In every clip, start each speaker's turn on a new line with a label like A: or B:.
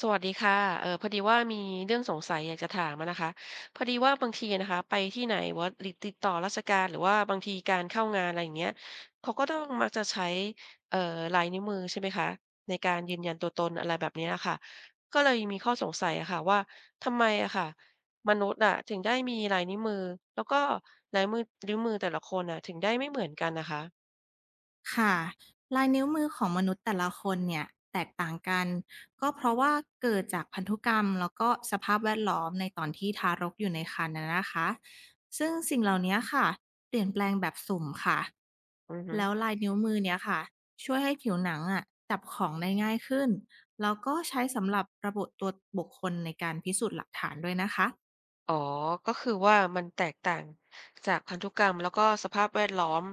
A: สวัสดีค่ะพอดีว่ามีเรื่องสงสัยอยากจะถามอะนะคะพอดีว่าบางทีนะคะไปที่ไหนว่าหรือติดต่อราชการหรือว่าบางทีการเข้างานอะไรอย่างเงี้ยเขาก็ต้องมักจะใช้เอ่อลายนิ้วมือใช่ไหมคะในการยืนยันตัวตนอะไรแบบเนี้ยค่ะก็เลยมีข้อสงสัยอะค่ะว่าทำไมอะค่ะมนุษย์อะถึงได้มีลายนิ้วมือแล้วก็ลายมือนิ้วมือแต่ละคนอะถึงได้ไม่เหมือนกันนะคะ
B: ค่ะลายนิ้วมือของมนุษย์แต่ละคนเนี่ยแตกต่างกันก็เพราะว่าเกิดจากพันธุกรรมแล้วก็สภาพแวดล้อมในตอนที่ทารกอยู่ในครรภ์นะคะซึ่งสิ่งเหล่านี้ค่ะเปลี่ยนแปลงแบบสุ่มค่ะ
A: อือฮึ
B: แล้วลายนิ้วมือเนี่ยค่ะช่วยให้ผิวหนังอ่ะจับของได้ง่ายขึ้นแล้วก็ใช้สำหรับระบุตัวบุคคลในการพิสูจน์หลักฐานด้วยนะคะ
A: อ๋อก็คือว่ามันแตกต่างจากพันธุกรรมแล้วก็สภาพแวดล้อม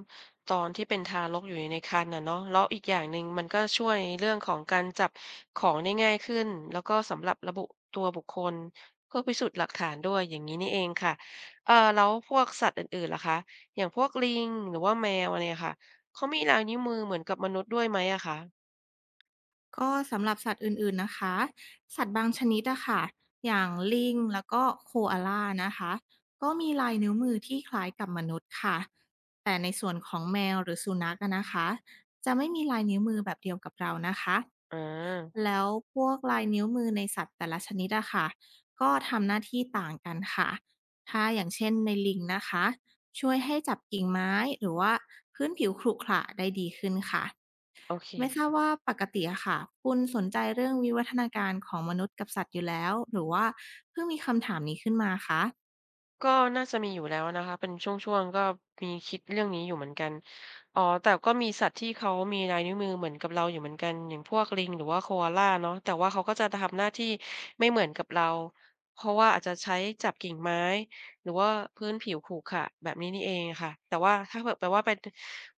A: ตอนที่เป็นทารกอยู่ในครรภ์น่ะเนาะแล้วอีกอย่างหนึ่งมันก็ช่วยในเรื่องของการจับของได้ง่ายขึ้นแล้วก็สำหรับระบุตัวบุคคลเพื่อพิสูจน์หลักฐานด้วยอย่างนี้นี่เองค่ะแล้วพวกสัตว์อื่นๆล่ะคะอย่างพวกลิงหรือว่าแมวอะไรอะค่ะเขามีลายนิ้วมือเหมือนกับมนุษย์ด้วยไหมอะคะ
B: ก็สำหรับสัตว์อื่นๆนะคะสัตว์บางชนิดอะค่ะอย่างลิงแล้วก็โคอาลานะคะก็มีลายนิ้วมือที่คล้ายกับมนุษย์ค่ะแต่ในส่วนของแมวหรือสุนัขอะนะคะจะไม่มีลายนิ้วมือแบบเดียวกับเรานะคะ
A: อา
B: แล้วพวกลายนิ้วมือในสัตว์แต่ละชนิดอะค่ะก็ทำหน้าที่ต่างกันค่ะถ้าอย่างเช่นในลิงนะคะช่วยให้จับกิ่งไม้หรือว่าพื้นผิวขรุขระได้ดีขึ้นค่ะ
A: โอเค
B: ไม่ทราบว่าปกติอะค่ะคุณสนใจเรื่องวิวัฒนาการของมนุษย์กับสัตว์อยู่แล้วหรือว่าเพิ่งมีคำถามนี้ขึ้นมาคะ
A: ก็น่าจะมีอยู่แล้วนะคะเป็นช่วงๆก็มีคิดเรื่องนี้อยู่เหมือนกันอ๋อแต่ก็มีสัตว์ที่เขามีลายนิ้วมือเหมือนกับเราอยู่เหมือนกันอย่างพวกลิงหรือว่าโคอาลาเนาะแต่ว่าเขาก็จะทำหน้าที่ไม่เหมือนกับเราเพราะว่าอาจจะใช้จับกิ่งไม้หรือว่าพื้นผิวขรุขระแบบนี้นี่เองอะค่ะแต่ว่าถ้าเผื่อแปลว่าเป็น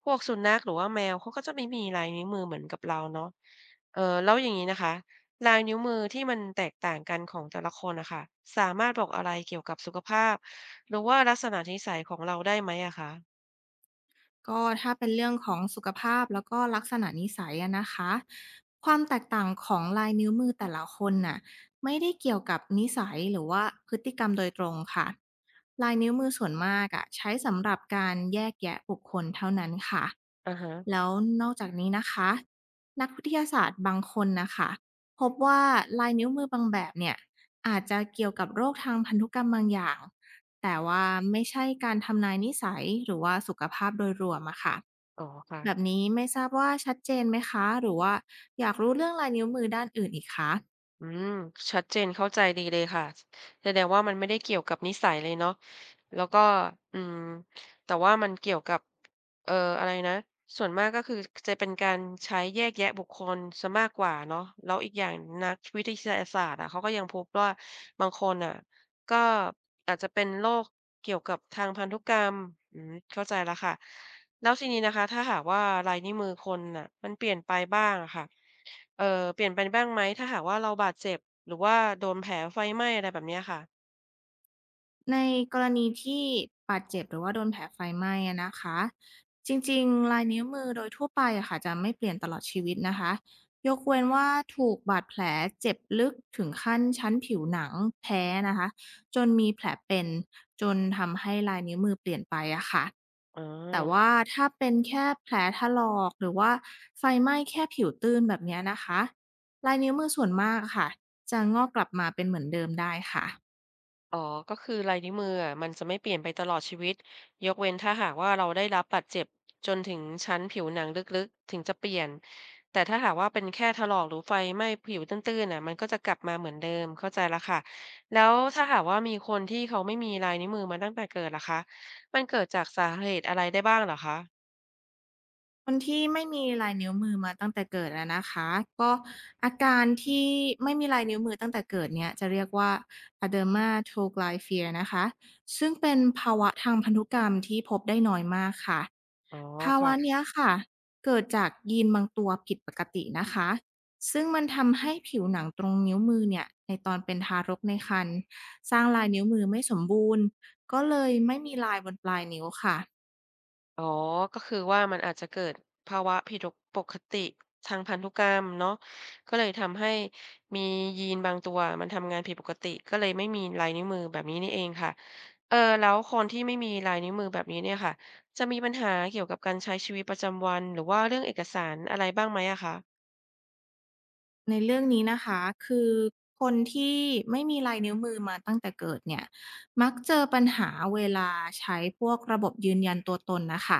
A: พวกสุนัขหรือว่าแมวเขาก็จะไม่มีลายนิ้วมือเหมือนกับเราเนาะแล้วอย่างงี้นะคะ ลายนิ้วมือที่มันแตกต่างกันของแต่ละคนนะคะสามารถบอกอะไรเกี่ยวกับสุขภาพหรือว่าลักษณะนิสัยของเราได้ไหมอะคะ
B: ก็ถ้าเป็นเรื่องของสุขภาพแล้วก็ลักษณะนิสัยอะนะคะความแตกต่างของลายนิ้วมือแต่ละคนน่ะไม่ได้เกี่ยวกับนิสัยหรือว่าพฤติกรรมโดยตรงค่ะลายนิ้วมือส่วนมากอะใช้สำหรับการแยกแยะบุคคลเท่านั้นค่ะ
A: อาฮะ
B: แล้วนอกจากนี้นะคะนักวิทยาศาสตร์บางคนนะคะพบว่าลายนิ้วมือบางแบบเนี่ยอาจจะเกี่ยวกับโรคทางพันธุกรรมบางอย่างแต่ว่าไม่ใช่การทำนายนิสัยหรือว่าสุขภาพโดยรวมอะค่ะ
A: อ๋อค่ะ
B: แบบนี้ไม่ทราบว่าชัดเจนไหมคะหรือว่าอยากรู้เรื่องลายนิ้วมือด้านอื่นอีกคะ
A: อืมชัดเจนเข้าใจดีเลยค่ะสแสดงว่ามันไม่ได้เกี่ยวกับนิสัยเลยเนาะแล้วก็อืมแต่ว่ามันเกี่ยวกับเอ่ออะไรนะส่วนมากก็คือจะเป็นการใช้แยกแยะบุคคลซะมากกว่าเนาะแล้วอีกอย่างนักวิทยาศาสตร์อะเขาก็ยังพบว่าบางคนอ่ะก็อาจจะเป็นโรค เกี่ยวกับทางพันธุกรรมอืมเข้าใจแล้วค่ะแล้วทีนี้นะคะ ถ้าหากว่าลายนิ้วมือคนน่ะมันเปลี่ยนไปบ้างอะค่ะเอ่อเปลี่ยนไปบ้างไหม ถ้าหากว่าเราบาดเจ็บหรือว่าโดนแผลไฟไหม้อะไรแบบเนี้ยค่ะ
B: ในกรณีที่บาดเจ็บหรือว่าโดนแผลไฟไหม้อะนะคะจริงๆลายนิ้วมือโดยทั่วไปอะค่ะจะไม่เปลี่ยนตลอดชีวิตนะคะยกเว้นว่าถูกบาดแผลเจ็บลึกถึงขั้นชั้นผิวหนังแท้นะคะจนมีแผลเป็นจนทำให้ลายนิ้วมือเปลี่ยนไปอะค่ะ
A: อ๋อ
B: แต่ว่าถ้าเป็นแค่แผลถลอกหรือว่าไฟไหม้แค่ผิวตื้นแบบเนี้ยนะคะลายนิ้วมือส่วนมากอะค่ะจะงอกกลับมาเป็นเหมือนเดิมได้ค่ะ
A: อ๋อก็คือลายนิ้วมืออะมันจะไม่เปลี่ยนไปตลอดชีวิตยกเว้นถ้าหากว่าเราได้รับบาดเจ็บจนถึงชั้นผิวหนังลึกๆถึงจะเปลี่ยนแต่ถ้าหากว่าเป็นแค่ถลอกหรือไฟไหม้ผิวตื้นๆน่ะมันก็จะกลับมาเหมือนเดิมเข้าใจแล้วค่ะแล้วถ้าหากว่ามีคนที่เขาไม่มีลายนิ้วมือมาตั้งแต่เกิดล่ะคะมันเกิดจากสาเหตุอะไรได้บ้างเหรอคะ
B: คนที่ไม่มีลายนิ้วมือมาตั้งแต่เกิดอะนะคะก็อาการที่ไม่มีลายนิ้วมือตั้งแต่เกิดเนี่ยจะเรียกว่า Dermatoglyphia นะคะซึ่งเป็นภาวะทางพันธุกรรมที่พบได้น้อยมากค่ะ
A: อ๋อ
B: ภาวะ
A: ค่ะ
B: เนี้ยค่ะเกิดจากยีนบางตัวผิดปกตินะคะซึ่งมันทำให้ผิวหนังตรงนิ้วมือเนี่ยในตอนเป็นทารกในครรภ์สร้างลายนิ้วมือไม่สมบูรณ์ก็เลยไม่มีลายบนปลายนิ้วค่ะ
A: อ๋อก็คือว่ามันอาจจะเกิดภาวะผิดปกติทางพันธุกรรมเนาะก็เลยทำให้มียีนบางตัวมันทำงานผิดปกติก็เลยไม่มีลายนิ้วมือแบบนี้นี่เองค่ะเออแล้วคนที่ไม่มีลายนิ้วมือแบบนี้เนี่ยค่ะจะมีปัญหาเกี่ยวกับการใช้ชีวิตประจำวันหรือว่าเรื่องเอกสารอะไรบ้างไหมอะคะ
B: ในเรื่องนี้นะคะคือคนที่ไม่มีลายนิ้วมือมาตั้งแต่เกิดเนี่ยมักเจอปัญหาเวลาใช้พวกระบบยืนยันตัวตนนะคะ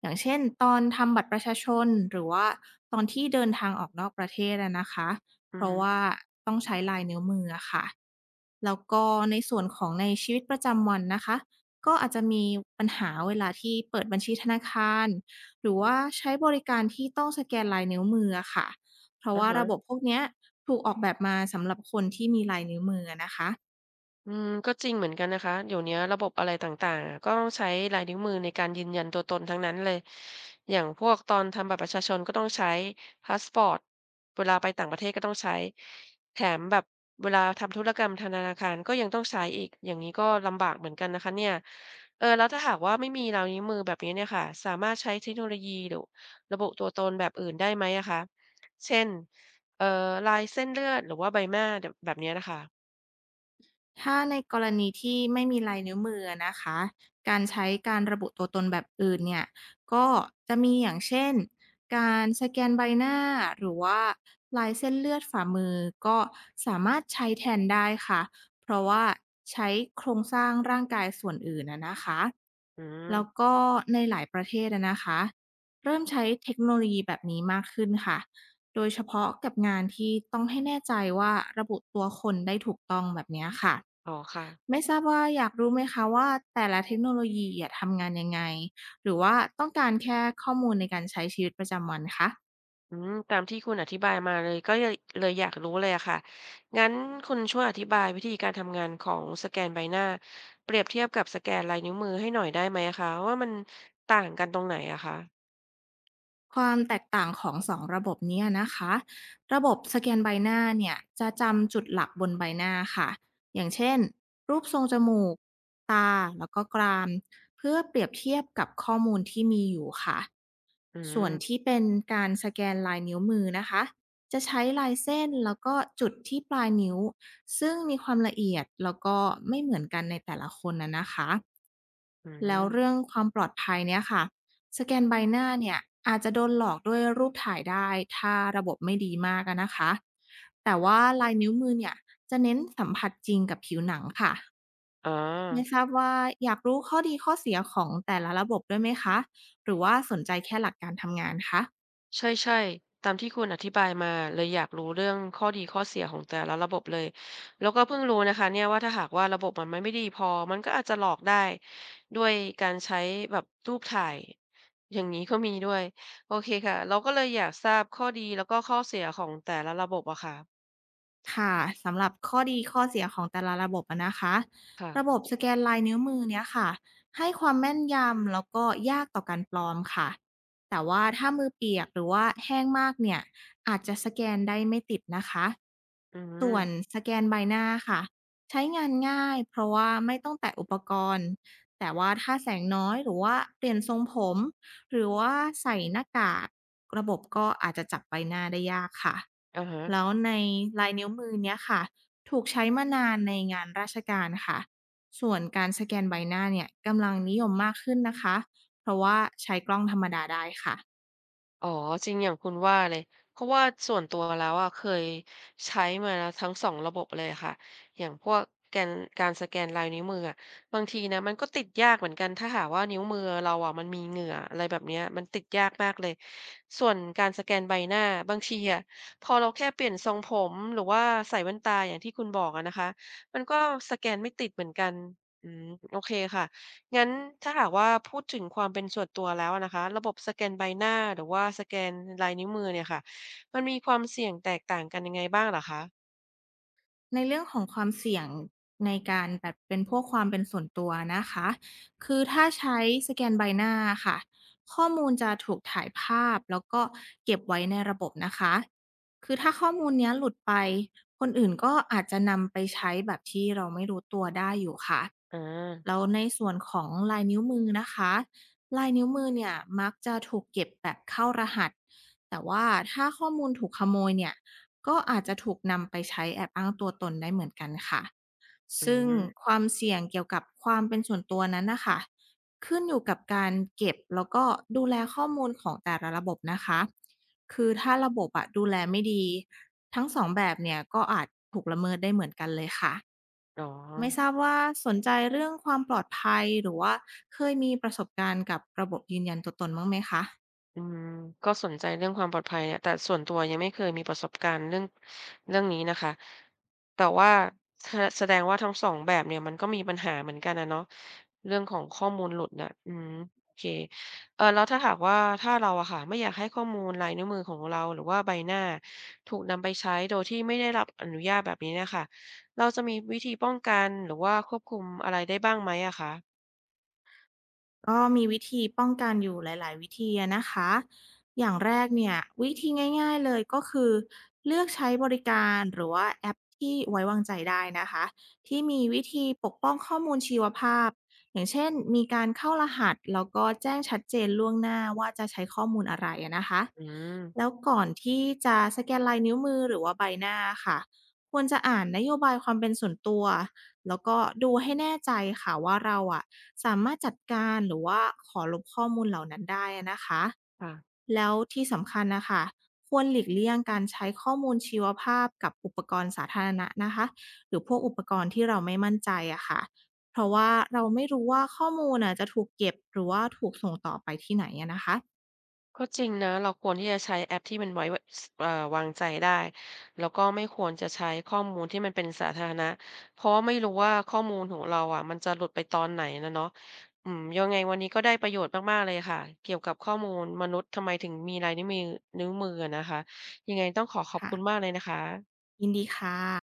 B: อย่างเช่นตอนทำบัตรประชาชนหรือว่าตอนที่เดินทางออกนอกประเทศอะนะคะ
A: อื
B: เพราะ
A: ม
B: ว่าต้องใช้ลายนิ้วมืออะค่ะแล้วก็ในส่วนของในชีวิตประจำวันนะคะก็อาจจะมีปัญหาเวลาที่เปิดบัญชีธนาคารหรือว่าใช้บริการที่ต้องสแกนลายนิ้วมืออะค่ะ เพราะ
A: อะ
B: ว่าระบ
A: ฮะ
B: บพวกเนี้ยถูกออกแบบมาสำหรับคนที่มีลายนิ้วมืออะนะคะ
A: อืมก็จริงเหมือนกันนะคะเดี๋ยวเนี้ยระบบอะไรต่างๆอะก็ต้องใช้ลายนิ้วมือในการยืนยันตัวตนทั้งนั้นเลยอย่างพวกตอนทำบัตรประชาชนก็ต้องใช้พาสปอร์ตเวลาไปต่างประเทศก็ต้องใช้แถมแบบเวลาทำธุรกรรมธนาคารก็ยังต้องใช้อีกอย่างนี้ก็ลำบากเหมือนกันนะคะเนี่ยเออแล้วถ้าหากว่าไม่มีลายนิ้วมือแบบนี้เนี่ยค่ะสามารถใช้เทคโนโลยีหรือระบุตัวตนแบบอื่นได้ไหมอะคะเช่นเอ่อลายเส้นเลือดหรือว่าใบหน้าแบบเนี้ยนะคะ
B: ถ้าในกรณีที่ไม่มีลายนิ้วมืออะนะคะ การใช้การระบุตัวตนแบบอื่นเนี่ย ก็จะมีอย่างเช่น การสแกนใบหน้าหรือว่าลายเส้นเลือดฝ่ามือก็สามารถใช้แทนได้ค่ะ เพราะว่าใช้โครงสร้างร่างกายส่วนอื่นอะนะคะ
A: อื
B: แล้ว
A: ม
B: ก็ในหลายประเทศอะนะคะเริ่มใช้เทคโนโลยีแบบนี้มากขึ้นค่ะโดยเฉพาะกับงานที่ต้องให้แน่ใจว่าระบุตัวคนได้ถูกต้องแบบเนี้ยค่ะ
A: อ๋อค่ะ
B: ไม่ทราบว่าอยากรู้ไหมคะว่าแต่ละเทคโนโลยีอะทำงานยังไงหรือว่าต้องการแค่ข้อมูลในการใช้ชีวิตประจำวันคะ
A: อืมตามที่คุณอธิบายมาเลยก็เลยเลยอยากรู้เลยอะค่ะ งั้นคุณช่วยอธิบายวิธีการทำงานของสแกนใบหน้าเปรียบเทียบกับสแกนลายนิ้วมือให้หน่อยได้ไหมอะคะว่ามันต่างกันตรงไหนอะคะ
B: ความแตกต่างของสองระบบเนี้ยนะคะ ระบบสแกนใบหน้าเนี่ยจะจำจุดหลักบนใบหน้าค่ะอย่างเช่นรูปทรงจมูก ตาแล้วก็กรามเพื่อเปรียบเทียบกับข้อมูลที่มีอยู่ค่ะ
A: อื
B: ส่วน
A: ม
B: ที่เป็นการสแกนลายนิ้วมือนะคะ จะใช้ลายเส้นแล้วก็จุดที่ปลายนิ้วซึ่งมีความละเอียดแล้วก็ไม่เหมือนกันในแต่ละคนนะคะ
A: อื
B: แล้วเรื่อ
A: ม
B: งความปลอดภัยเนี่ยค่ะ สแกนใบหน้าเนี่ยอาจจะโดนหลอกด้วยรูปถ่ายได้ถ้าระบบไม่ดีมากอะนะคะ แต่ว่าลายนิ้วมือเนี่ยจะเน้นสัมผัสจริงกับผิวหนังค่ะ
A: อ๋อ
B: ไม่ทราบว่าอยากรู้ข้อดีข้อเสียของแต่ละระบบด้วยไหมคะหรือว่าสนใจแค่หลักการทำงานคะ
A: ใช่ๆตามที่คุณอธิบายมาเลยอยากรู้เรื่องข้อดีข้อเสียของแต่ละระบบเลยแล้วก็เพิ่งรู้นะคะเนี่ยว่าถ้าหากว่าระบบมันไม่ดีพอมันก็อาจจะหลอกได้ด้วยการใช้แบบรูปถ่ายอย่างนี้ก็มีด้วยโอเคค่ะเราก็เลยอยากทราบข้อดีแล้วก็ข้อเสียของแต่ละระบบอะค่ะ
B: ค่ะสำหรับข้อดีข้อเสียของแต่ละระบบอะนะคะ
A: ค่ะ
B: ระบบสแกนลายนิ้วมือเนี้ยค่ะให้ความแม่นยำแล้วก็ยากต่อการปลอมค่ะแต่ว่าถ้ามือเปียกหรือว่าแห้งมากเนี่ยอาจจะสแกนได้ไม่ติดนะคะ
A: อื
B: ส่
A: ม
B: วนสแกนใบหน้าค่ะใช้งานง่ายเพราะว่าไม่ต้องแตะอุปกรณ์แต่ว่าถ้าแสงน้อยหรือว่าเปลี่ยนทรงผม หรือว่าใส่หน้ากากระบบก็อาจจะจับใบหน้าได้ยากค่ะ
A: อะฮะ
B: แล้วในลายนิ้วมือเนี้ยค่ะถูกใช้มานานในงานราชการค่ะส่วนการสแกนใบหน้าเนี่ยกำลังนิยมมากขึ้นนะคะเพราะว่าใช้กล้องธรรมดาได้ค่ะ
A: อ๋อจริงอย่างคุณว่าเลยเพราะว่าส่วนตัวแล้วอะเคยใช้มาแล้วทั้ง2ระบบเลยค่ะอย่างพวกแกนการสแกนลายนิ้วมืออะบางทีนะมันก็ติดยากเหมือนกันถ้าหากว่านิ้วมือเราอะมันมีเหงื่ออะไรแบบเนี้ยมันติดยากมากเลยส่วนการสแกนใบหน้าบางทีอะพอเราแค่เปลี่ยนทรงผมหรือว่าใส่แว่นตาอย่างที่คุณบอกอะนะคะมันก็สแกนไม่ติดเหมือนกันอืมโอเคค่ะ งั้นถ้าหากว่าพูดถึงความเป็นส่วนตัวแล้วอะนะคะระบบสแกนใบหน้าหรือว่าสแกนลายนิ้วมือเนี่ยค่ะมันมีความเสี่ยงแตกต่างกันยังไงบ้างเหรอคะ
B: ในเรื่องของความเสี่ยงในการแบบเป็นพวกความเป็นส่วนตัวนะคะ คือถ้าใช้สแกนใบหน้าค่ะ ข้อมูลจะถูกถ่ายภาพแล้วก็เก็บไว้ในระบบนะคะ คือถ้าข้อมูลเนี้ยหลุดไป คนอื่นก็อาจจะนำไปใช้แบบที่เราไม่รู้ตัวได้อยู่ค่ะ
A: อา
B: แล้วในส่วนของลายนิ้วมือนะคะ ลายนิ้วมือเนี่ยมักจะถูกเก็บแบบเข้ารหัส แต่ว่าถ้าข้อมูลถูกขโมยเนี่ย ก็อาจจะถูกนำไปใช้แอบอ้างตัวตนได้เหมือนกันค่ะ
A: อื
B: ซึ่ง
A: ม
B: ความเสี่ยงเกี่ยวกับความเป็นส่วนตัวนั้นน่ะค่ะขึ้นอยู่กับการเก็บแล้วก็ดูแลข้อมูลของแต่ละระบบนะคะคือถ้าระบบอะดูแลไม่ดีทั้งสองแบบเนี่ยก็อาจถูกละเมิดได้เหมือนกันเลยค่ะ
A: อ๋อ
B: ไม่ทราบว่าสนใจเรื่องความปลอดภัยหรือว่าเคยมีประสบการณ์กับระบบยืนยันตัวตนบ้างไหมคะ
A: อืมก็สนใจเรื่องความปลอดภัยเนี่ยแต่ส่วนตัวยังไม่เคยมีประสบการณ์เรื่องเรื่องนี้นะคะแต่ว่าแสดงว่าทั้งสองแบบเนี่ยมันก็มีปัญหาเหมือนกันอะเนาะเรื่องของข้อมูลหลุดน่ะอืมโอเคแล้วถ้าหากว่าถ้าเราอะค่ะไม่อยากให้ข้อมูลลายนิ้วมือของเราหรือว่าใบหน้าถูกนำไปใช้โดยที่ไม่ได้รับอนุญาตแบบนี้เนี่ยค่ะเราจะมีวิธีป้องกันหรือว่าควบคุมอะไรได้บ้างไหมอะคะ
B: ก็มีวิธีป้องกันอยู่หลาย ๆ วิธีอะนะคะอย่างแรกเนี่ยวิธีง่าย ๆ เลยก็คือเลือกใช้บริการหรือว่าแอปที่ไว้วางใจได้นะคะที่มีวิธีปกป้องข้อมูลชีวภาพอย่างเช่นมีการเข้ารหัสแล้วก็แจ้งชัดเจนล่วงหน้าว่าจะใช้ข้อมูลอะไรอะนะคะ
A: อืม
B: แล้วก่อนที่จะสแกนลายนิ้วมือหรือว่าใบหน้าค่ะควรจะอ่านนโยบายความเป็นส่วนตัว แล้วก็ดูให้แน่ใจค่ะว่าเราอะสามารถจัดการหรือว่าขอลบข้อมูลเหล่านั้นได้อะนะคะ
A: ค่ะ
B: แล้วที่สำคัญนะคะควรหลีกเลี่ยงการใช้ข้อมูลชีวภาพกับอุปกรณ์สาธารณะนะคะหรือพวกอุปกรณ์ที่เราไม่มั่นใจอะค่ะเพราะว่าเราไม่รู้ว่าข้อมูลน่ะจะถูกเก็บหรือว่าถูกส่งต่อไปที่ไหนอะนะคะ
A: ก็จริงนะเราควรที่จะใช้แอปที่มันไว้วะสวางใจได้แล้วก็ไม่ควรจะใช้ข้อมูลที่มันเป็นสาธารณะเพราะว่าไม่รู้ว่าข้อมูลของเราอะมันจะหลุดไปตอนไหนนะเนาะอืมยังไงวันนี้ก็ได้ประโยชน์มากๆเลยค่ะเกี่ยวกับข้อมูลมนุษย์ทำไมถึงมีลายนิ้วมือนิ้วมืออะนะคะยังไงต้องขอขอบ
B: ค่ะ
A: คุณมากเลยนะคะ
B: ยินดีค่ะ